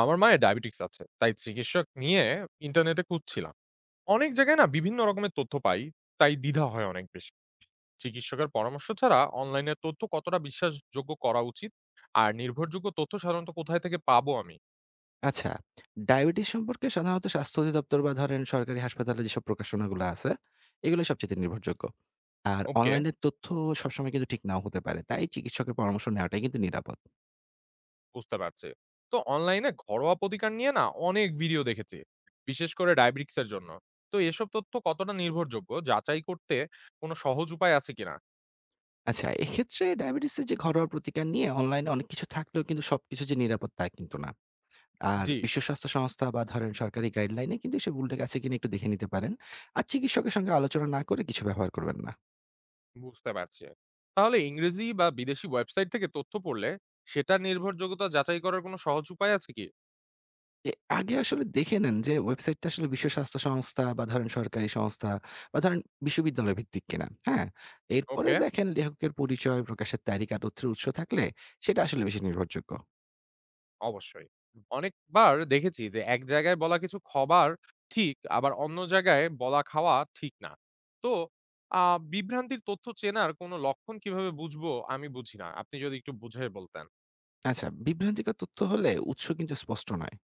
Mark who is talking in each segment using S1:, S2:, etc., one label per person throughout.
S1: আমার মায়ের ডায়াবেটিকস আছে। তাই চিকিৎসক নিয়ে ইন্টারনেটে খুঁজছিলাম। অনেক জায়গায় না বিভিন্ন রকমের তথ্য পাই, তাই দ্বিধা হয় অনেক বেশি। চিকিৎসকের পরামর্শ ছাড়া অনলাইনে তথ্য কতটা বিশ্বাসযোগ্য করা উচিত? আর নির্ভরযোগ্য তথ্য সাধারণত কোথায় থেকে পাবো আমি?
S2: আচ্ছা, ডায়াবেটিস সম্পর্কে সাধারণত স্বাস্থ্য অধিদপ্তর বা ধরেন সরকারি হাসপাতালে যেসব প্রকাশনাগুলো আছে, এগুলো সবচাইতে নির্ভরযোগ্য। আর
S1: ওকে,
S2: অনলাইনের তথ্য সবসময় কিন্তু ঠিক নাও হতে পারে। তাই চিকিৎসকের পরামর্শ নেওয়াটাই কিন্তু নিরাপদ।
S1: বুঝতে পারছি। তো অনলাইনে ঘরোয়া প্রতিকার নিয়ে না অনেক ভিডিও দেখেছি, বিশেষ করে ডায়াবেটিকসের জন্য। তো এসব তথ্য কতটা নির্ভরযোগ্য যাচাই করতে কোনো সহজ উপায় আছে কিনা?
S2: আচ্ছা, এক্ষেত্রে ডায়াবেটিসের যে ঘরোয়া প্রতিকার নিয়ে অনলাইনে অনেক কিছু থাকলেও কিন্তু সবকিছু যে নিরাপদ তা কিন্তু না। আর
S1: জি।
S2: বিশ্ব স্বাস্থ্য সংস্থা বা ধরেন সরকারি গাইডলাইনে কিন্তু এসব উল্লেখ আছে কিনা একটু দেখে নিতে পারেন। আর চিকিৎসকের সঙ্গে আলোচনা না করে কিছু ব্যবহার করবেন না।
S1: বুঝতে পারছি। তাহলে ইংরেজি বা বিদেশি ওয়েবসাইট থেকে তথ্য পড়লে সেটার নির্ভরযোগ্যতা যাচাই করার কোনো সহজ উপায় আছে কি?
S2: এ আগে আসলে দেখে নেন যে ওয়েবসাইটটা আসলে বিশ্ব স্বাস্থ্য সংস্থা বা ধরেন সরকারি সংস্থা বা ধরেন বিশ্ববিদ্যালয় ভিত্তিক কিনা। হ্যাঁ? এরপরে
S1: ওকে।
S2: দেখেন লেখকের পরিচয়, প্রকাশের তারিখ আর তথ্যের উৎস থাকলে সেটা আসলে বেশি নির্ভরযোগ্য।
S1: অবশ্যই। অনেকবার দেখেছি যে এক জায়গায় বলা কিছু খবর ঠিক, আবার অন্য জায়গায় বলা খাওয়া ঠিক না। তো বিভ্রান্তির তথ্য চেনার কোনো লক্ষণ কিভাবে বুঝবো আমি বুঝি না। আপনি যদি একটু বুঝিয়ে বলতেন।
S2: আচ্ছা, বিভ্রান্তিকর তথ্য হলে উৎস কিন্তু স্পষ্ট নয়।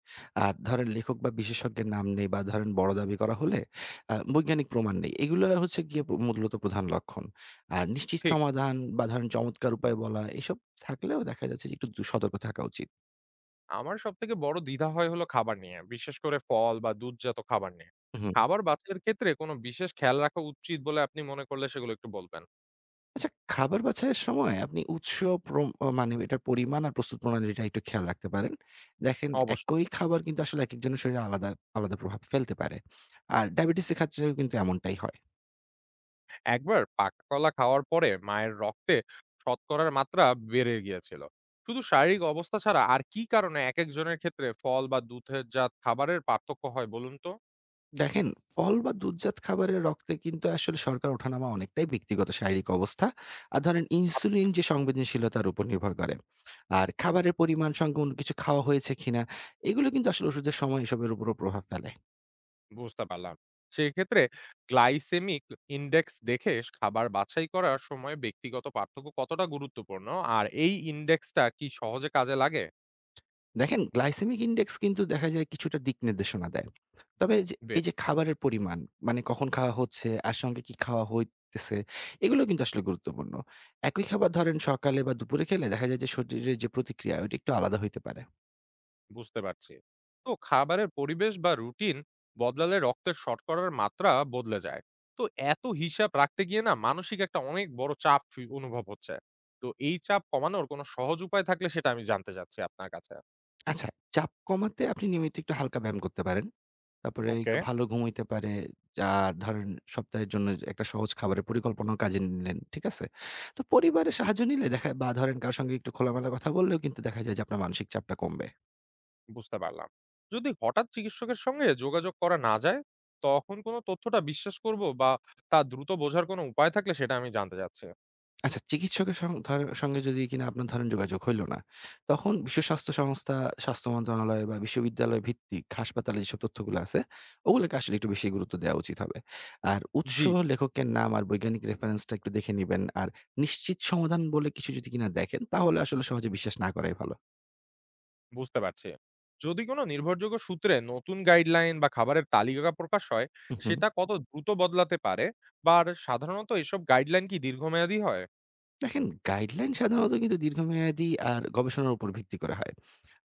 S2: আর ধরেন লেখক বা বিশেষজ্ঞের নাম নেই বা ধরেন বড় দাবি করা হলে বৈজ্ঞানিক প্রমাণ নেই। এগুলো হচ্ছে গিয়ে মূলত প্রধান লক্ষণ। আর নিশ্চিত
S1: ঠিক।
S2: সমাধান বা ধরেন চমৎকার উপায় বলা এসব থাকলেও দেখা যাচ্ছে যে একটু সতর্ক থাকা উচিত।
S1: আমার সবথেকে বড় দ্বিধা হয় হলো খাবার নিয়ে, বিশেষ করে ফল বা দুধজাত খাবার নিয়ে।
S2: হুম।
S1: খাবার বাছাইয়ের ক্ষেত্রে কোনো বিশেষ খেয়াল রাখা উচিত বলে আপনি মনে করলে সেগুলো একটু বলবেন?
S2: আচ্ছা, খাবার বাছাইয়ের সময় আপনি উৎস প্রম অ মানে এটার পরিমাণ আর প্রস্তুত প্রণালীটা একটু খেয়াল রাখতে পারেন। দেখেন
S1: অবশ্যই।
S2: একই খাবার কিন্তু আসলে একেকজনের শরীরে আলাদা, আলাদা প্রভাব ফেলতে পারে। আর ডায়াবেটিসের ক্ষেত্রেও কিন্তু এমনটাই হয়।
S1: একবার পাকা কলা খাওয়ার পরে মায়ের রক্তে শতকরার মাত্রা বেড়ে গিয়েছিল। শুধু শারীরিক অবস্থা ছাড়া আর কি কারণে একেকজনের ক্ষেত্রে ফল বা দুধের জাত খাবারের পার্থক্য হয় বলুন তো?
S2: দেখেন ফল বা দুধজাত খাবারের রক্তে কিন্তু আসলে শর্করা ওঠানামা অনেকটাই ব্যক্তিগত শারীরিক অবস্থা। আর ধরেন ইনসুলিন যে সংবেদনশীলতার উপর নির্ভর করে। আর খাবারের পরিমাণ সঙ্গে অন্য কিছু খাওয়া হয়েছে কিনা, এগুলো কিন্তু আসলে ওষুধের সময় এসবের উপরও প্রভাব ফেলে।
S1: বুঝতে পারলাম। সেক্ষেত্রে গ্লাইসেমিক ইনডেক্স দেখে খাবার বাছাই করার সময় ব্যক্তিগত পার্থক্য কতটা গুরুত্বপূর্ণ? আর এই ইনডেক্সটা কি সহজে কাজে লাগে?
S2: দেখেন গ্লাইসেমিক ইনডেক্স কিন্তু দেখা যায় কিছুটা দিক নির্দেশনা দেয়। তবে যে
S1: বে
S2: এই যে খাবারের পরিমাণ মানে কখন খাওয়া হচ্ছে, আর সঙ্গে কি খাওয়া হইতেছে এগুলো কিন্তু আসলে গুরুত্বপূর্ণ। একই খাবার ধরেন সকালে বা দুপুরে খেলে দেখা যায় যে শরীরের যে প্রতিক্রিয়া ওইটা একটু আলাদা হইতে পারে।
S1: বুঝতে পারছি। তো খাবারের পরিবেশ বা রুটিন বদলালে রক্তের শর্করার মাত্রা বদলে যায়। তো এত হিসাব রাখতে গিয়ে না মানসিক একটা অনেক বড় চাপ অনুভব হচ্ছে। তো এই চাপ কমানোর কোনো সহজ উপায় থাকলে সেটা আমি জানতে চাচ্ছি আপনার কাছে।
S2: আচ্ছা চাপ কমাতে আপনি নিয়মিত একটু হালকা ব্যায়াম করতে পারেন। তারপরে
S1: ওকে।
S2: একটু ভালো ঘুম হইতে পারে। যা ধরেন সপ্তাহের জন্য একটা সহজ খাবারের পরিকল্পনাও কাজে নিলেন। ঠিক আছে? তো পরিবারের সাহায্য নিলে দেখা বা ধরেন কারো সঙ্গে একটু খোলামেলা কথা বললেও কিন্তু দেখা যায় যে আপনার মানসিক চাপটা কমবে।
S1: বুঝতে পারলাম। যদি হঠাৎ চিকিৎসকের সঙ্গে যোগাযোগ করা না যায়, তখন কোন তথ্যটা বিশ্বাস করব বা তা দ্রুত বোঝার কোন উপায় থাকলে সেটা আমি জানতে চাচ্ছি।
S2: আচ্ছা চিকিৎসকের সং ধর সঙ্গে যদি কিনা আপনার ধরেন যোগাযোগ হইল না, তখন বিশ্ব স্বাস্থ্য সংস্থা, স্বাস্থ্য মন্ত্রণালয় বা বিশ্ববিদ্যালয় ভিত্তিক হাসপাতালে যেসব তথ্যগুলো আছে, ওগুলোকে আসলে একটু বেশি গুরুত্ব দেওয়া উচিত হবে। আর উৎস,
S1: জি,
S2: লেখকের নাম আর বৈজ্ঞানিক রেফারেন্সটা একটু দেখে নিবেন। আর নিশ্চিত সমাধান বলে কিছু যদি কিনা দেখেন, তাহলে আসলে সহজে বিশ্বাস না করাই ভালো।
S1: বুঝতে পারছি। যদি কোনো নির্ভরযোগ্য সূত্রে নতুন গাইডলাইন বা খাবারের তালিকা প্রকাশ হয়,
S2: হু, হু।
S1: সেটা কত দ্রুত বদলাতে পারে, বা আর সাধারণত এসব গাইডলাইন কি দীর্ঘমেয়াদী হয়?
S2: দেখেন গাইডলাইন সাধারণত কিন্তু দীর্ঘমেয়াদী আর গবেষণার উপর ভিত্তি করে হয়।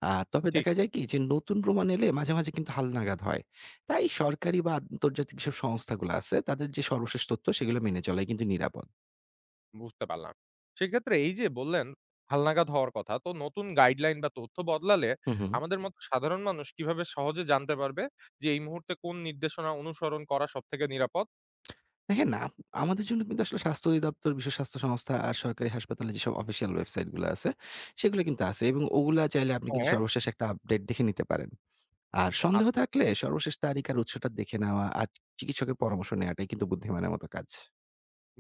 S2: তবে দেখা যায় কি যে নতুন প্রমাণ এলে মাঝে, মাঝে কিন্তু হালনাগাদ হয়। তাই সরকারি বা আন্তর্জাতিক যেসব সংস্থাগুলো আছে তাদের যে সর্বশেষ তথ্য সেগুলো মেনে চলাই কিন্তু নিরাপদ।
S1: বুঝতে পারলাম। সেক্ষেত্রে এই যে বললেন হালনাগাদ হওয়ার কথা, তো নতুন গাইডলাইন বা তথ্য বদলালে
S2: হুম, হুম।
S1: আমাদের মতো সাধারণ মানুষ কিভাবে সহজে জানতে পারবে যে এই মুহূর্তে কোন নির্দেশনা অনুসরণ করা সবথেকে নিরাপদ?
S2: দেখেন আমাদের জন্য কিন্তু আসলে স্বাস্থ্য অধিদপ্তর, বিশ্ব স্বাস্থ্য সংস্থা আর সরকারি হাসপাতালে যেসব অফিসিয়াল ওয়েবসাইট গুলো আছে সেগুলো কিন্তু আছে এবং ওগুলা চাইলে আপনি কিন্তু
S1: হ্যাঁ।
S2: সর্বশেষ একটা আপডেট দেখে নিতে পারেন। আর
S1: আত
S2: সন্দেহ থাকলে সর্বশেষ তারিখ আর উৎসটা দেখে নেওয়া আর চিকিৎসকের পরামর্শ নেওয়াটাই কিন্তু বুদ্ধিমানের মতো কাজ।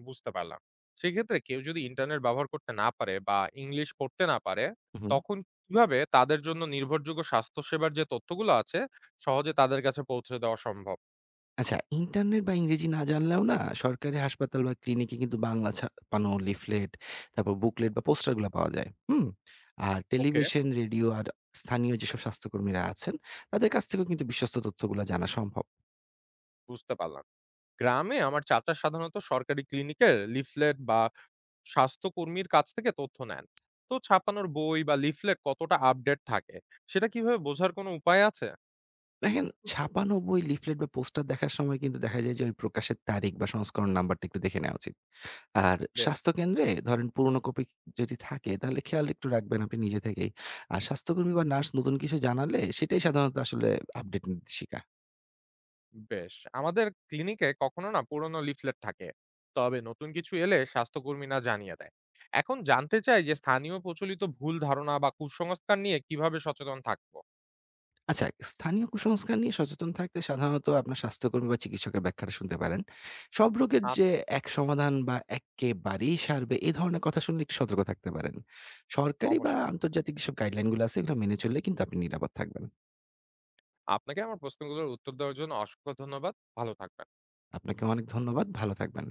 S1: বুঝতে পারলাম। সেক্ষেত্রে কেউ যদি ইন্টারনেট ব্যবহার করতে না পারে বা ইংলিশ পড়তে না পারে,
S2: হুম।
S1: তখন কিভাবে তাদের জন্য নির্ভরযোগ্য স্বাস্থ্যসেবার যে তথ্যগুলো আছে, সহজে তাদের কাছে পৌঁছে দেওয়া সম্ভব?
S2: আচ্ছা ইন্টারনেট বা ইংরেজি না জানলেও না সরকারি হাসপাতাল বা ক্লিনিকে কিন্তু বাংলা ছাপানো লিফলেট, তারপর বুকলেট বা পোস্টার গুলা পাওয়া যায়। হুম? আর
S1: ওকে,
S2: টেলিভিশন, রেডিও আর স্থানীয় যেসব স্বাস্থ্যকর্মীরা আছেন তাদের কাছ থেকেও কিন্তু বিশ্বস্ত তথ্যগুলা জানা সম্ভব।
S1: বুঝতে পারলাম। গ্রামে আমার চাচা সাধারণত সরকারি ক্লিনিকের লিফলেট বা স্বাস্থ্যকর্মীর কাছ থেকে তথ্য নেন। তো ছাপানোর বই বা লিফলেট কতটা আপডেট থাকে সেটা কিভাবে বোঝার কোনো উপায় আছে?
S2: দেখেন হুম। ছাপানো বই, লিফলেট বা পোস্টার দেখার সময় কিন্তু দেখা যায় যে ওই প্রকাশের তারিখ বা সংস্করণ নাম্বারটা একটু দেখে নেওয়া উচিত। আর
S1: বেশ
S2: স্বাস্থ্যকেন্দ্রে ধরেন পুরনো কপি যদি থাকে তাহলে খেয়াল একটু রাখবেন আপনি নিজে থেকেই। আর স্বাস্থ্যকর্মী বা নার্স নতুন কিছু জানালে সেটাই সাধারণত আসলে আপডেট নির্দেশিকা।
S1: বেশ। আমাদের ক্লিনিকে কখনো না পুরনো লিফলেট থাকে, তবে নতুন কিছু এলে স্বাস্থ্যকর্মীরা জানিয়ে দেয়। এখন জানতে চাই যে স্থানীয় প্রচলিত ভুল ধারণা বা কুসংস্কার নিয়ে কিভাবে সচেতন থাকবো?
S2: আচ্ছা স্থানীয় কুসংস্কার নিয়ে সচেতন থাকতে সাধারণত আপনার স্বাস্থ্যকর্মী বা চিকিৎসকের ব্যাখ্যাটা শুনতে পারেন। সব রোগের যে
S1: আচ্ছা।
S2: এক সমাধান বা একেবারেই সারবে এ ধরনের কথা শুনলে একটু সতর্ক থাকতে পারেন। সরকারি বা
S1: অবশ্যই।
S2: আন্তর্জাতিক যেসব গাইডলাইন গুলো আছে এগুলো মেনে চললে কিন্তু আপনি নিরাপদ থাকবেন।
S1: আপনাকে আমার প্রশ্নগুলোর উত্তর দেওয়ার জন্য অসংখ্য ধন্যবাদ। ভালো থাকবেন।
S2: আপনাকে অনেক ধন্যবাদ। ভালো থাকবেন।